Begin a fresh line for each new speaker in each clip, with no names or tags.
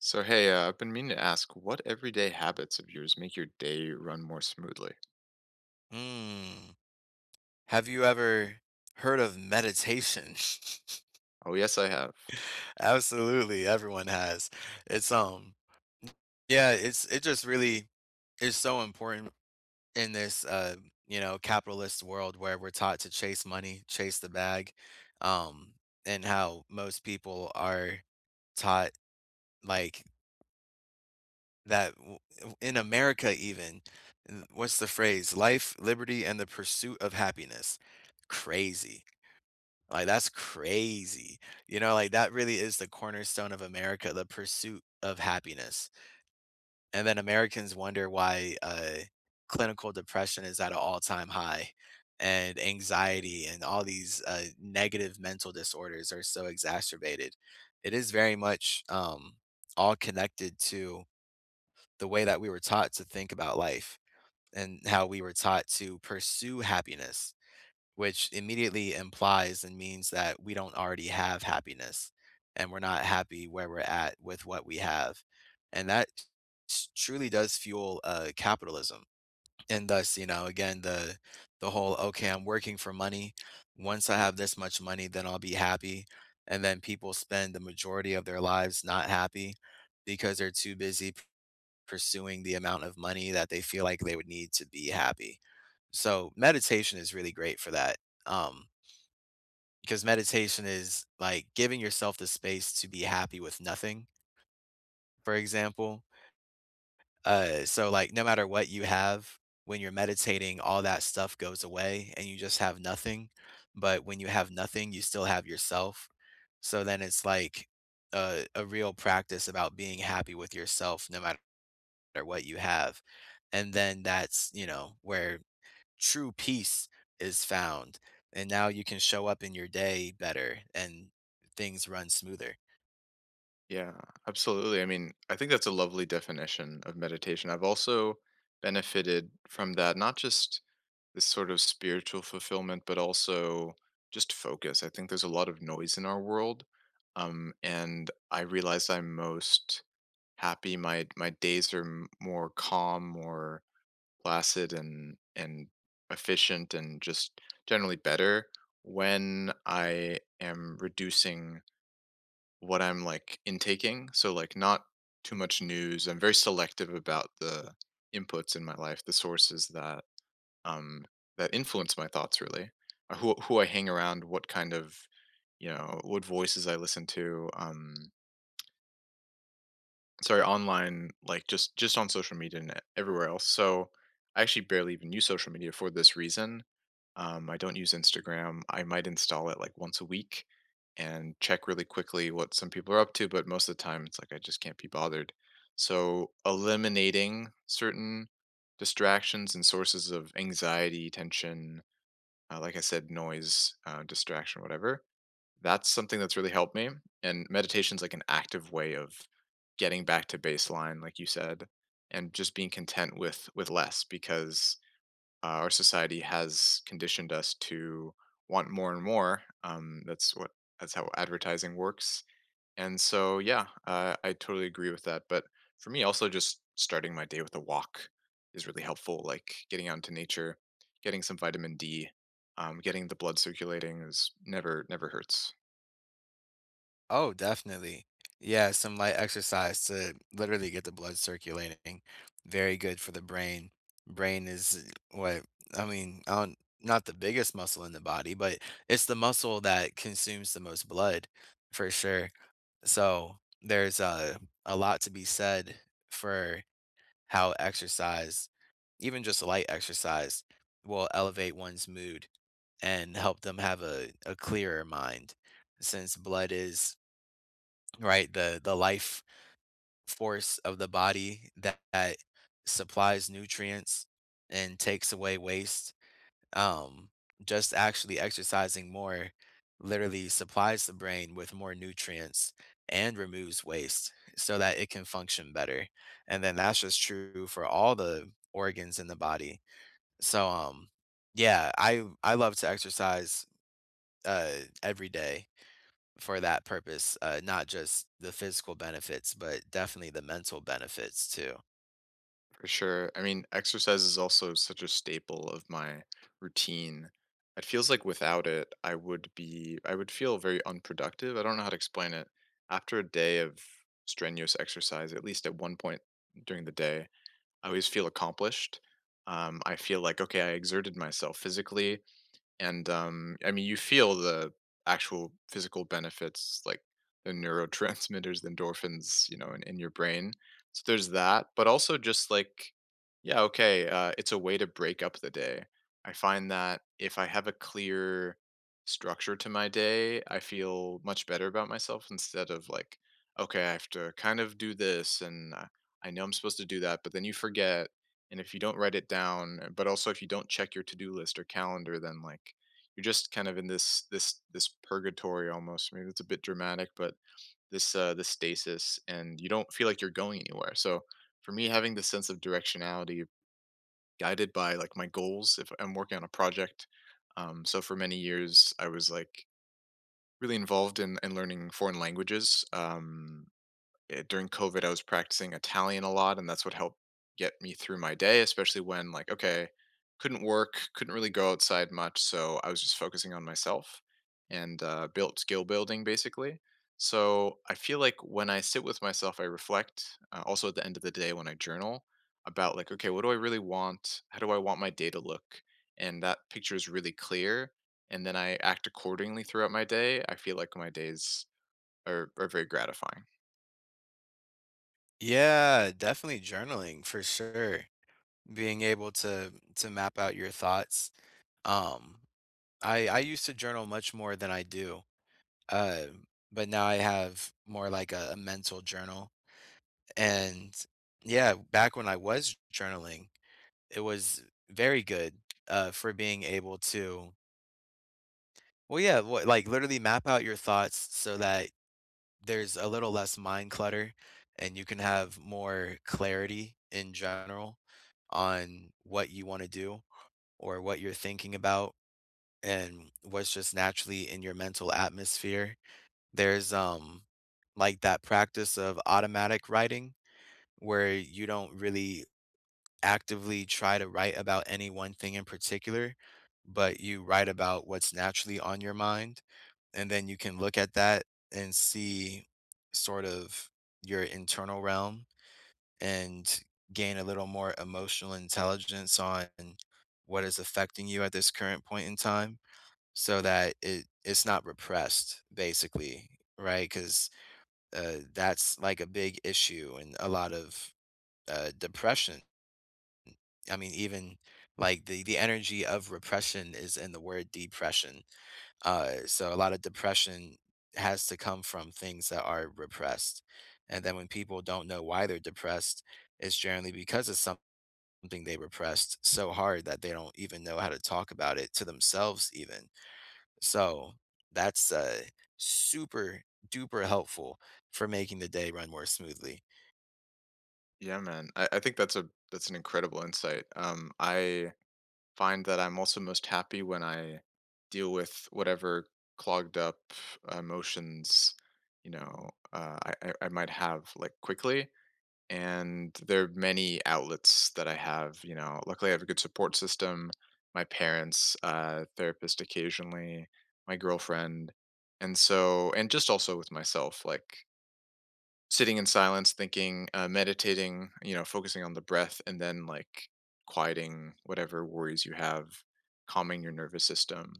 So, hey, I've been meaning to ask, what everyday habits of yours make your day run more smoothly?
Mm. Have you ever heard of meditation?
Oh, yes, I have.
Absolutely, everyone has. It's yeah, it just really is so important in this capitalist world where we're taught to chase money, chase the bag. Um and how most people are taught like that in America even n- what's the phrase? Life, liberty and the pursuit of happiness. Crazy. Like, that's crazy. You know, like, that really is the cornerstone of America, the pursuit of happiness. And then Americans wonder why, clinical depression is at an all-time high, and anxiety and all these, negative mental disorders are so exacerbated. It is very much, all connected to the way that we were taught to think about life and how we were taught to pursue happiness which immediately implies and means that we don't already have happiness and we're not happy where we're at with what we have. And that truly does fuel capitalism. And thus, you know, again, the whole okay, I'm working for money. Once I have this much money, then I'll be happy. And then people spend the majority of their lives not happy because they're too busy pursuing the amount of money that they feel like they would need to be happy. So meditation is really great for that. Um, because meditation is like giving yourself the space to be happy with nothing, for example. So, like, no matter what you have, when you're meditating, all that stuff goes away and you just have nothing. But when you have nothing, you still have yourself. So then it's like a real practice about being happy with yourself no matter what you have. And then that's, you know, where true peace is found. And now you can show up in your day better and things run smoother.
Yeah, absolutely. I mean, I think that's a lovely definition of meditation. I've also benefited from that, not just this sort of spiritual fulfillment, but also just focus. I think there's a lot of noise in our world, and I realize I'm most happy. My days are more calm, more placid and efficient and just generally better when I am reducing what I'm like intaking. So like not too much news. I'm very selective about the inputs in my life, the sources that um that influence my thoughts really. Who I hang around, what kind of you know, what voices I listen to. Sorry, online, like just on social media and everywhere else. So I actually barely even use social media for this reason. I don't use Instagram. I might install it like once a week and check really quickly what some people are up to, but most of the time it's like I just can't be bothered. So eliminating certain distractions and sources of anxiety, tension, like I said, noise, distraction, whatever, that's something that's really helped me, and meditation's like an active way of getting back to baseline, like you said, and just being content with less because our society has conditioned us to want more and more. That's what that's how advertising works. And so, yeah, I totally agree with that. But for me, also just starting my day with a walk is really helpful. Like getting out into nature, getting some vitamin D, getting the blood circulating is never hurts.
Oh, definitely. Yeah, some light exercise to literally get the blood circulating. Very good for the brain. Brain is what I mean, I don't, not the biggest muscle in the body, but it's the muscle that consumes the most blood for sure. So there's a lot to be said for how exercise, even just light exercise, will elevate one's mood and help them have a clearer mind. Since blood is, right, the life force of the body that supplies nutrients and takes away waste um, just actually exercising more literally supplies the brain with more nutrients and removes waste so that it can function better. And then that's just true for all the organs in the body. So yeah, I love to exercise uh every day for that purpose, not just the physical benefits, but definitely the mental benefits too.
For sure. I mean, exercise is also such a staple of my routine. It feels like without it, I would feel very unproductive. I don't know how to explain it. After a day of strenuous exercise, at least at one point during the day, I always feel accomplished. I feel like, okay, I exerted myself physically and I mean, you feel the actual physical benefits, like the neurotransmitters, the endorphins, you know, in your brain. So there's that, but also just like, yeah, okay, it's a way to break up the day. I find that if I have a clear structure to my day, I feel much better about myself instead of like, okay, I have to kind of do this and I know I'm supposed to do that, but then you forget and if you don't write it down, but also if you don't check your to-do list or calendar, then like you're just kind of in this purgatory almost. Maybe it's a bit dramatic, but this this stasis and you don't feel like you're going anywhere. So for me having this sense of directionality guided by like my goals if I'm working on a project. So for many years I was like really involved in learning foreign languages. During COVID, I was practicing Italian a lot, and that's what helped get me through my day, especially when, like, okay, couldn't work, couldn't really go outside much. So I was just focusing on myself and built skill building basically. So I feel like when I sit with myself, I reflect also at the end of the day when I journal about, like, okay, what do I really want? How do I want my day to look? And that picture is really clear. And then I act accordingly throughout my day. I feel like my days are very gratifying.
Yeah, definitely journaling for sure. Being able to map out your thoughts. Um, I used to journal much more than I do. Uh, but now I have more like a mental journal. And yeah, back when I was journaling, it was very good for being able to well yeah, what, like literally map out your thoughts so that there's a little less mind clutter and you can have more clarity in general on what you want to do or what you're thinking about and what's just naturally in your mental atmosphere. There's, like that practice of automatic writing where you don't really actively try to write about any one thing in particular, but you write about what's naturally on your mind. And then you can look at that and see sort of your internal realm and gain a little more emotional intelligence on what is affecting you at this current point in time so that it's not repressed basically, right? Cuz that's like a big issue and a lot of depression. I mean, even like the energy of repression is in the word depression. So a lot of depression has to come from things that are repressed, and then when people don't know why they're depressed, it's generally because of something they repressed so hard that they don't even know how to talk about it to themselves, even. So that's super duper helpful for making the day run more smoothly.
Yeah, man. I think that's a that's an incredible insight. I find that I'm also most happy when I deal with whatever clogged up emotions, you know, uh, I might have like quickly. And there are many outlets that I have. You know, luckily I have a good support system. My parents, therapist occasionally, my girlfriend, and so and just also with myself, like sitting in silence, thinking, meditating, you know, focusing on the breath, and then like quieting whatever worries you have, calming your nervous system.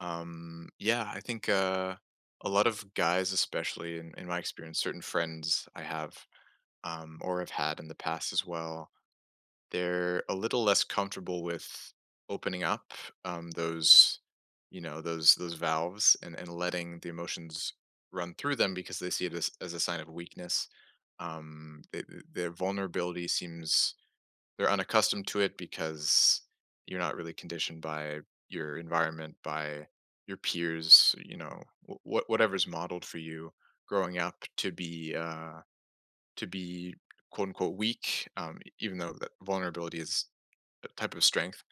Yeah, I think a lot of guys, especially in my experience, certain friends I have or have had in the past as well, they're a little less comfortable with opening up those you know those valves and letting the emotions run through them because they see it as a sign of weakness their vulnerability seems they're unaccustomed to it because you're not really conditioned by your environment by your peers, you know, whatever's modeled for you growing up to be to be quote unquote weak, even though that vulnerability is type of strength.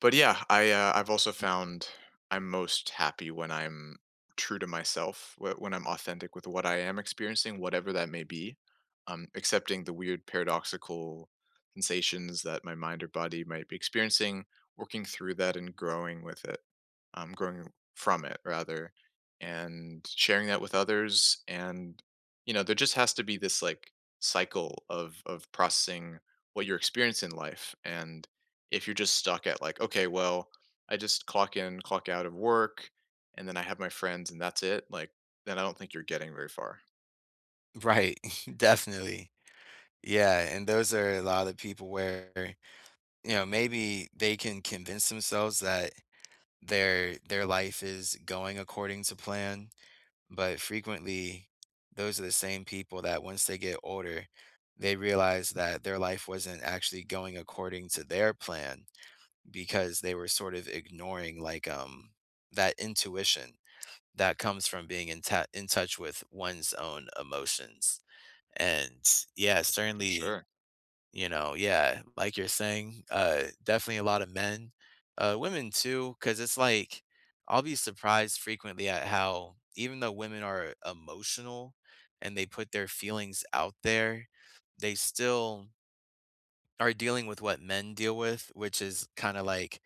But yeah, I've also found I'm most happy when I'm true to myself, when I'm authentic with what I am experiencing, whatever that may be. Accepting the weird paradoxical sensations that my mind or body might be experiencing, working through that and growing with it, growing from it rather, and sharing that with others. And you know, there just has to be this like cycle of processing what your experience in life and if you're just stuck at like, okay, well, I just clock in, clock out of work, and then I have my friends and that's it, like then I don't think you're getting very far.
Right, definitely. Yeah, and those are a lot of people where, you know, maybe they can convince themselves that their life is going according to plan, but frequently those are the same people that once they get older, they realize that their life wasn't actually going according to their plan because they were sort of ignoring like that intuition that comes from being in touch with one's own emotions. And yeah,
For
certainly,
sure.
you know, yeah, like you're saying, definitely a lot of men, women too, because it's like I'll be surprised frequently at how even though women are emotional and they put their feelings out there, they still are dealing with what men deal with, which is kind of like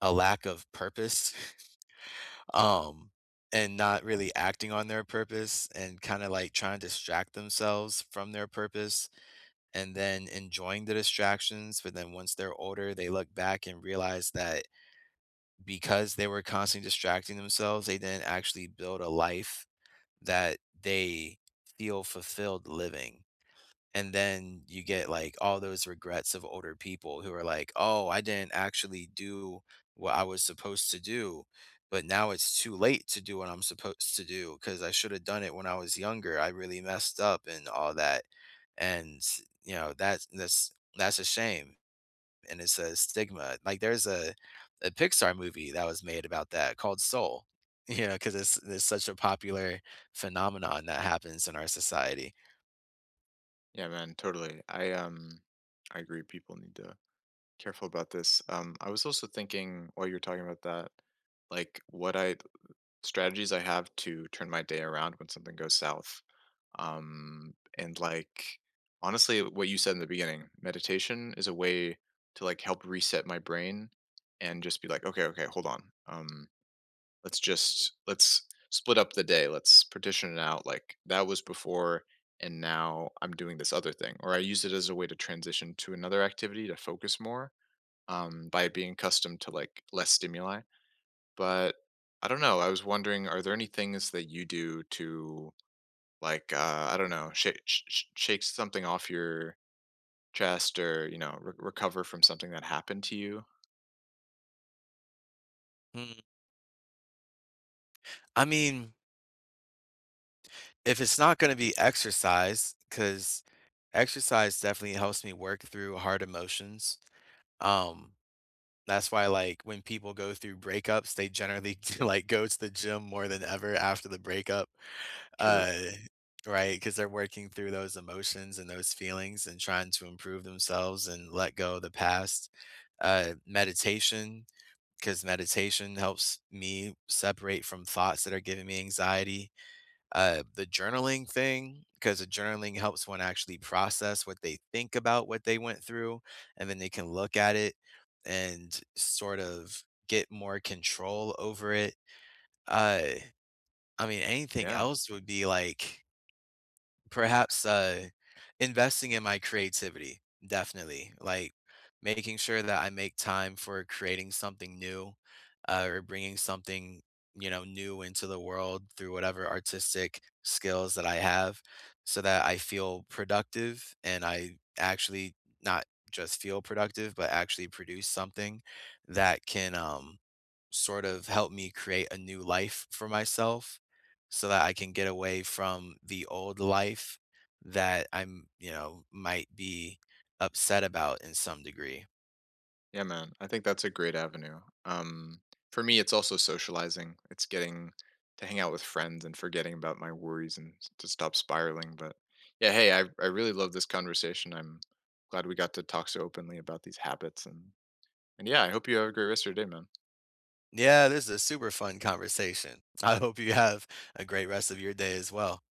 a lack of purpose. um and not really acting on their purpose and kind of like trying to distract themselves from their purpose and then enjoying the distractions. But then once they're older, they look back and realize that because they were constantly distracting themselves, they didn't actually build a life that they feel fulfilled living and then you get like all those regrets of older people who are like oh I didn't actually do what I was supposed to do but now it's too late to do what I'm supposed to do because I should have done it when I was younger I really messed up and all that and you know that's a shame and it's a stigma like there's a pixar movie that was made about that called soul you know because it's such a popular phenomenon that happens in our society.
Yeah, man, totally. I agree people need to be careful about this. I was also thinking while you were talking about that, like what I strategies I have to turn my day around when something goes south. And like honestly, what you said in the beginning, meditation is a way to like help reset my brain and just be like, okay, okay, hold on. Let's split up the day. Let's partition it out. Like that was before, and now I'm doing this other thing. Or I use it as a way to transition to another activity to focus more by being accustomed to like less stimuli but I don't know, I was wondering, are there any things that you do to, like, I don't know, shake something off your chest or, you know, re recover from something that happened to you?
Mm. i mean If it's not gonna be exercise, because exercise definitely helps me work through hard emotions, um, that's why, like, when people go through breakups, they generally like, go to the gym more than ever after the breakup,
True.
uh, right, Because 'Cause they're working through those emotions and those feelings and trying to improve themselves and let go of the past. Meditation, because meditation helps me separate from thoughts that are giving me anxiety. The journaling thing, because the journaling helps one actually process what they think about what they went through, and then they can look at it and sort of get more control over it. Uh, I mean, anything
Yeah.
else would be like perhaps, investing in my creativity, definitely, like, making sure that I make time for creating something new, or bringing something, you know, new into the world through whatever artistic skills that I have so that I feel productive and I actually not just feel productive, but actually produce something that can, sort of help me create a new life for myself so that I can get away from the old life that I'm, you know, might be upset about in some degree.
Yeah, man. I think that's a great avenue. For me, it's also socializing. It's getting to hang out with friends and forgetting about my worries and s to stop spiraling, but yeah, hey, I really love this conversation. I'm glad we got to talk so openly about these habits, and yeah, I hope you have a great rest of your day, man.
Yeah, this is a super fun conversation. I hope you have a great rest of your day as well.